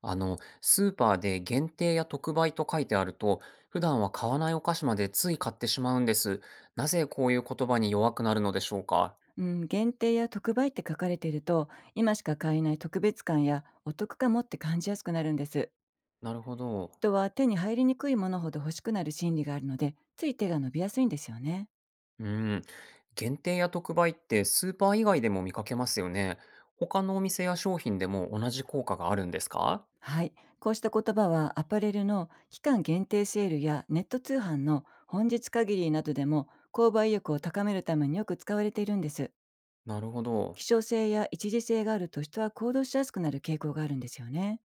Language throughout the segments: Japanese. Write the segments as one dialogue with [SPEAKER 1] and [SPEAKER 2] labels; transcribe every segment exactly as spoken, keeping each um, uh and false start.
[SPEAKER 1] あの、スーパーで限定や特売と書いてあると、普段は買わないお菓子までつい買ってしまうんです。なぜこういう言葉に弱くなるのでしょうか？
[SPEAKER 2] うん、限定や特売って書かれていると、今しか買えない特別感やお得かもって感じやすくなるんです。
[SPEAKER 1] なるほど。
[SPEAKER 2] 人は手に入りにくいものほど欲しくなる心理があるので、つい手が伸びやすいんですよね。
[SPEAKER 1] うん。限定や特売ってスーパー以外でも見かけますよね。他のお店や商品でも同じ効果があるんですか？
[SPEAKER 2] はい、こうした言葉はアパレルの期間限定セールやネット通販の本日限りなどでも、購買意欲を高めるためによく使われているんです。
[SPEAKER 1] なるほど。
[SPEAKER 2] 希少性や一時性があると、人は行動しやすくなる傾向があるんですよね。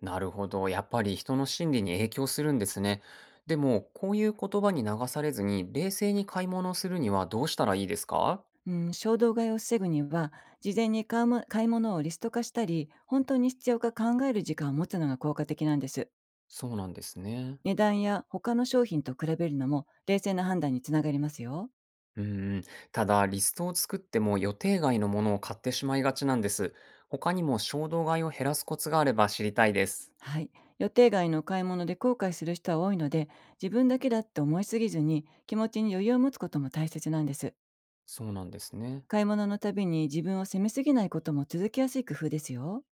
[SPEAKER 1] なるほど。やっぱり人の心理に影響するんですね。でも、こういう言葉に流されずに冷静に買い物をするにはどうしたらいいですか？
[SPEAKER 2] うん、衝動買いを防ぐには、事前に買うも買い物をリスト化したり、本当に必要か考える時間を持つのが効果的なんです。
[SPEAKER 1] そうなんですね。
[SPEAKER 2] 値段や他の商品と比べるのも冷静な判断につながりますよ。
[SPEAKER 1] うん、うん、ただリストを作っても予定外のものを買ってしまいがちなんです。他にも衝動買いを減らすコツがあれば知りたいです。
[SPEAKER 2] はい、予定外の買い物で後悔する人は多いので、自分だけだって思いすぎずに、気持ちに余裕を持つことも大切なんです。
[SPEAKER 1] そうなんですね。
[SPEAKER 2] 買い物のたびに自分を責めすぎないことも続きやすい工夫ですよ。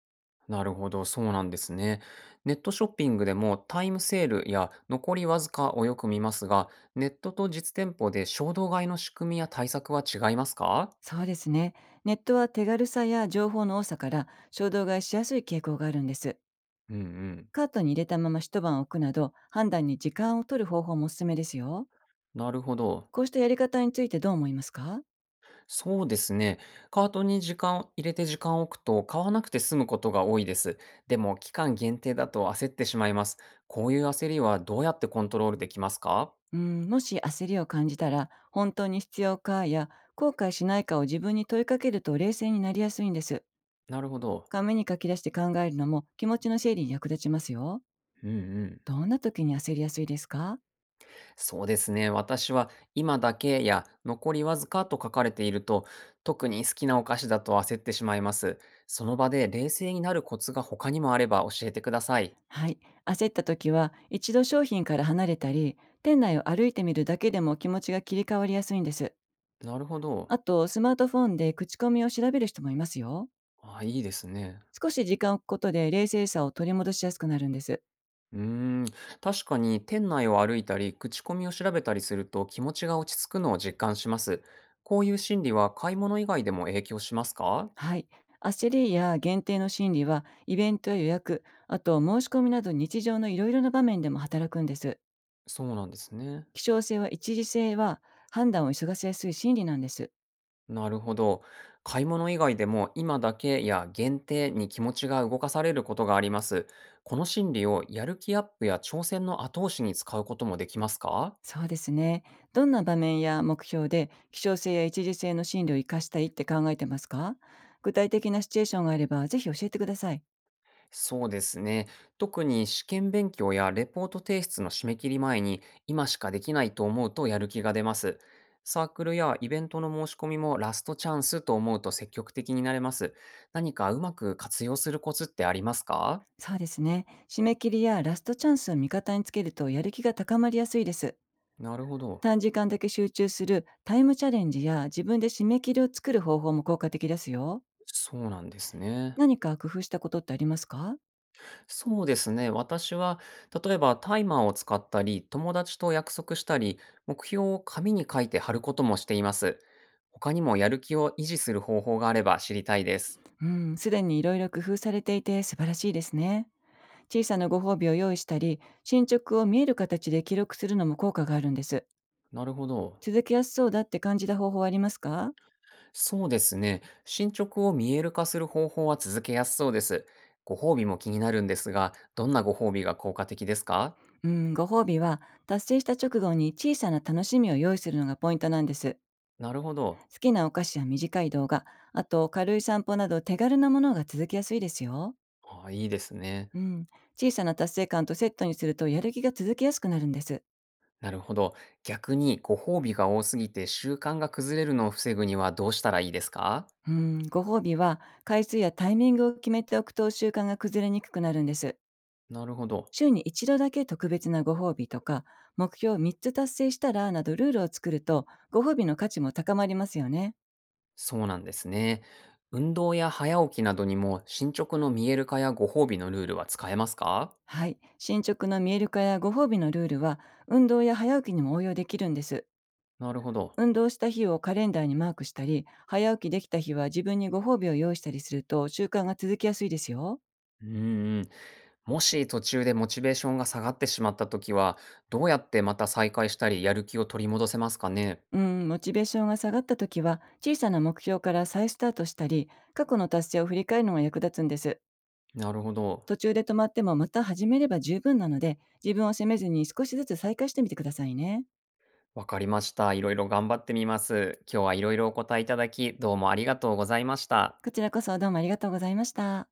[SPEAKER 1] なるほど、そうなんですね。ネットショッピングでもタイムセールや残りわずかをよく見ますが、ネットと実店舗で衝動買いの仕組みや対策は違いますか？
[SPEAKER 2] そうですね、ネットは手軽さや情報の多さから衝動買いしやすい傾向があるんです。
[SPEAKER 1] うん、うん。
[SPEAKER 2] カートに入れたまま一晩置くなど、判断に時間を取る方法もおすすめですよ。
[SPEAKER 1] なるほど。
[SPEAKER 2] こうしたやり方についてどう思いますか？
[SPEAKER 1] そうですね。カートに時間を入れて時間を置くと買わなくて済むことが多いです。でも期間限定だと焦ってしまいます。こういう焦りはどうやってコントロールできますか？
[SPEAKER 2] うん、もし焦りを感じたら、本当に必要かや後悔しないかを自分に問いかけると冷静になりやすいんです。
[SPEAKER 1] なるほど。
[SPEAKER 2] 紙に書き出して考えるのも気持ちの整理に役立ちますよ。
[SPEAKER 1] うん、うん。
[SPEAKER 2] どんな時に焦りやすいですか？
[SPEAKER 1] そうですね。私は今だけや残りわずかと書かれていると特に好きなお菓子だと焦ってしまいます。その場で冷静になるコツが他にもあれば教えてください。
[SPEAKER 2] はい。焦った時は、一度商品から離れたり、店内を歩いてみるだけでも気持ちが切り替わりやすいんです。
[SPEAKER 1] なるほど。
[SPEAKER 2] あと、スマートフォンで口コミを調べる人もいますよ。
[SPEAKER 1] あ、いいですね。
[SPEAKER 2] 少し時間を置くことで冷静さを取り戻しやすくなるんです。
[SPEAKER 1] うーん、確かに店内を歩いたり、口コミを調べたりすると気持ちが落ち着くのを実感します。こういう心理は買い物以外でも影響しますか？
[SPEAKER 2] はい。焦りや限定の心理は、イベントや予約、あと申し込みなど日常のいろいろな場面でも働くんです。
[SPEAKER 1] そうなんですね。
[SPEAKER 2] 希少性は一時性は、判断を急がせやすい心理なんです。
[SPEAKER 1] なるほど。買い物以外でも今だけや限定に気持ちが動かされることがあります。この心理をやる気アップや挑戦の後押しに使うこともできますか？
[SPEAKER 2] そうですね。どんな場面や目標で希少性や一時性の心理を活かしたいって考えてますか？具体的なシチュエーションがあれば、ぜひ教えてください。
[SPEAKER 1] そうですね。特に試験勉強やレポート提出の締め切り前に今しかできないと思うとやる気が出ます。サークルやイベントの申し込みもラストチャンスと思うと積極的になれます。何かうまく活用するコツってありますか？
[SPEAKER 2] そうですね。締め切りやラストチャンスを味方につけると、やる気が高まりやすいです。
[SPEAKER 1] なるほど。
[SPEAKER 2] 短時間だけ集中するタイムチャレンジや、自分で締め切りを作る方法も効果的ですよ。
[SPEAKER 1] そうなんですね。
[SPEAKER 2] 何か工夫したことってありますか？
[SPEAKER 1] そうですね。私は、例えばタイマーを使ったり、友達と約束したり、目標を紙に書いて貼ることもしています。他にもやる気を維持する方法があれば知りたいです。
[SPEAKER 2] うん、すでにいろいろ工夫されていて素晴らしいですね。小さなご褒美を用意したり、進捗を見える形で記録するのも効果があるんです。
[SPEAKER 1] なるほど。
[SPEAKER 2] 続けやすそうだって感じた方法はありますか？
[SPEAKER 1] そうですね。進捗を見える化する方法は続けやすそうです。ご褒美も気になるんですが、どんなご褒美が効果的ですか？
[SPEAKER 2] うん、ご褒美は達成した直後に小さな楽しみを用意するのがポイントなんです。
[SPEAKER 1] なるほど。
[SPEAKER 2] 好きなお菓子や短い動画、あと軽い散歩など手軽なものが続きやすいですよ。
[SPEAKER 1] あ、いいですね。
[SPEAKER 2] うん、小さな達成感とセットにするとやる気が続きやすくなるんです。
[SPEAKER 1] なるほど。逆にご褒美が多すぎて習慣が崩れるのを防ぐにはどうしたらいいですか？
[SPEAKER 2] うん、ご褒美は回数やタイミングを決めておくと習慣が崩れにくくなるんです。
[SPEAKER 1] なるほど。
[SPEAKER 2] 週に一度だけ特別なご褒美とか、目標をみっつ達成したらなどルールを作ると、ご褒美の価値も高まりますよね。
[SPEAKER 1] そうなんですね。運動や早起きなどにも進捗の見える化やご褒美のルールは使えますか？
[SPEAKER 2] はい。進捗の見える化やご褒美のルールは、運動や早起きにも応用できるんです。
[SPEAKER 1] なるほど。
[SPEAKER 2] 運動した日をカレンダーにマークしたり、早起きできた日は自分にご褒美を用意したりすると習慣が続きやすいですよ。
[SPEAKER 1] うん、うん。もし途中でモチベーションが下がってしまったときは、どうやってまた再開したり、やる気を取り戻せますかね？
[SPEAKER 2] うん、モチベーションが下がった時は、小さな目標から再スタートしたり、過去の達成を振り返るのが役立つんです。
[SPEAKER 1] なるほど。
[SPEAKER 2] 途中で止まってもまた始めれば十分なので、自分を責めずに少しずつ再開してみてくださいね。
[SPEAKER 1] わかりました。いろいろ頑張ってみます。今日はいろいろお答えいただき、どうもありがとうございました。
[SPEAKER 2] こちらこそどうもありがとうございました。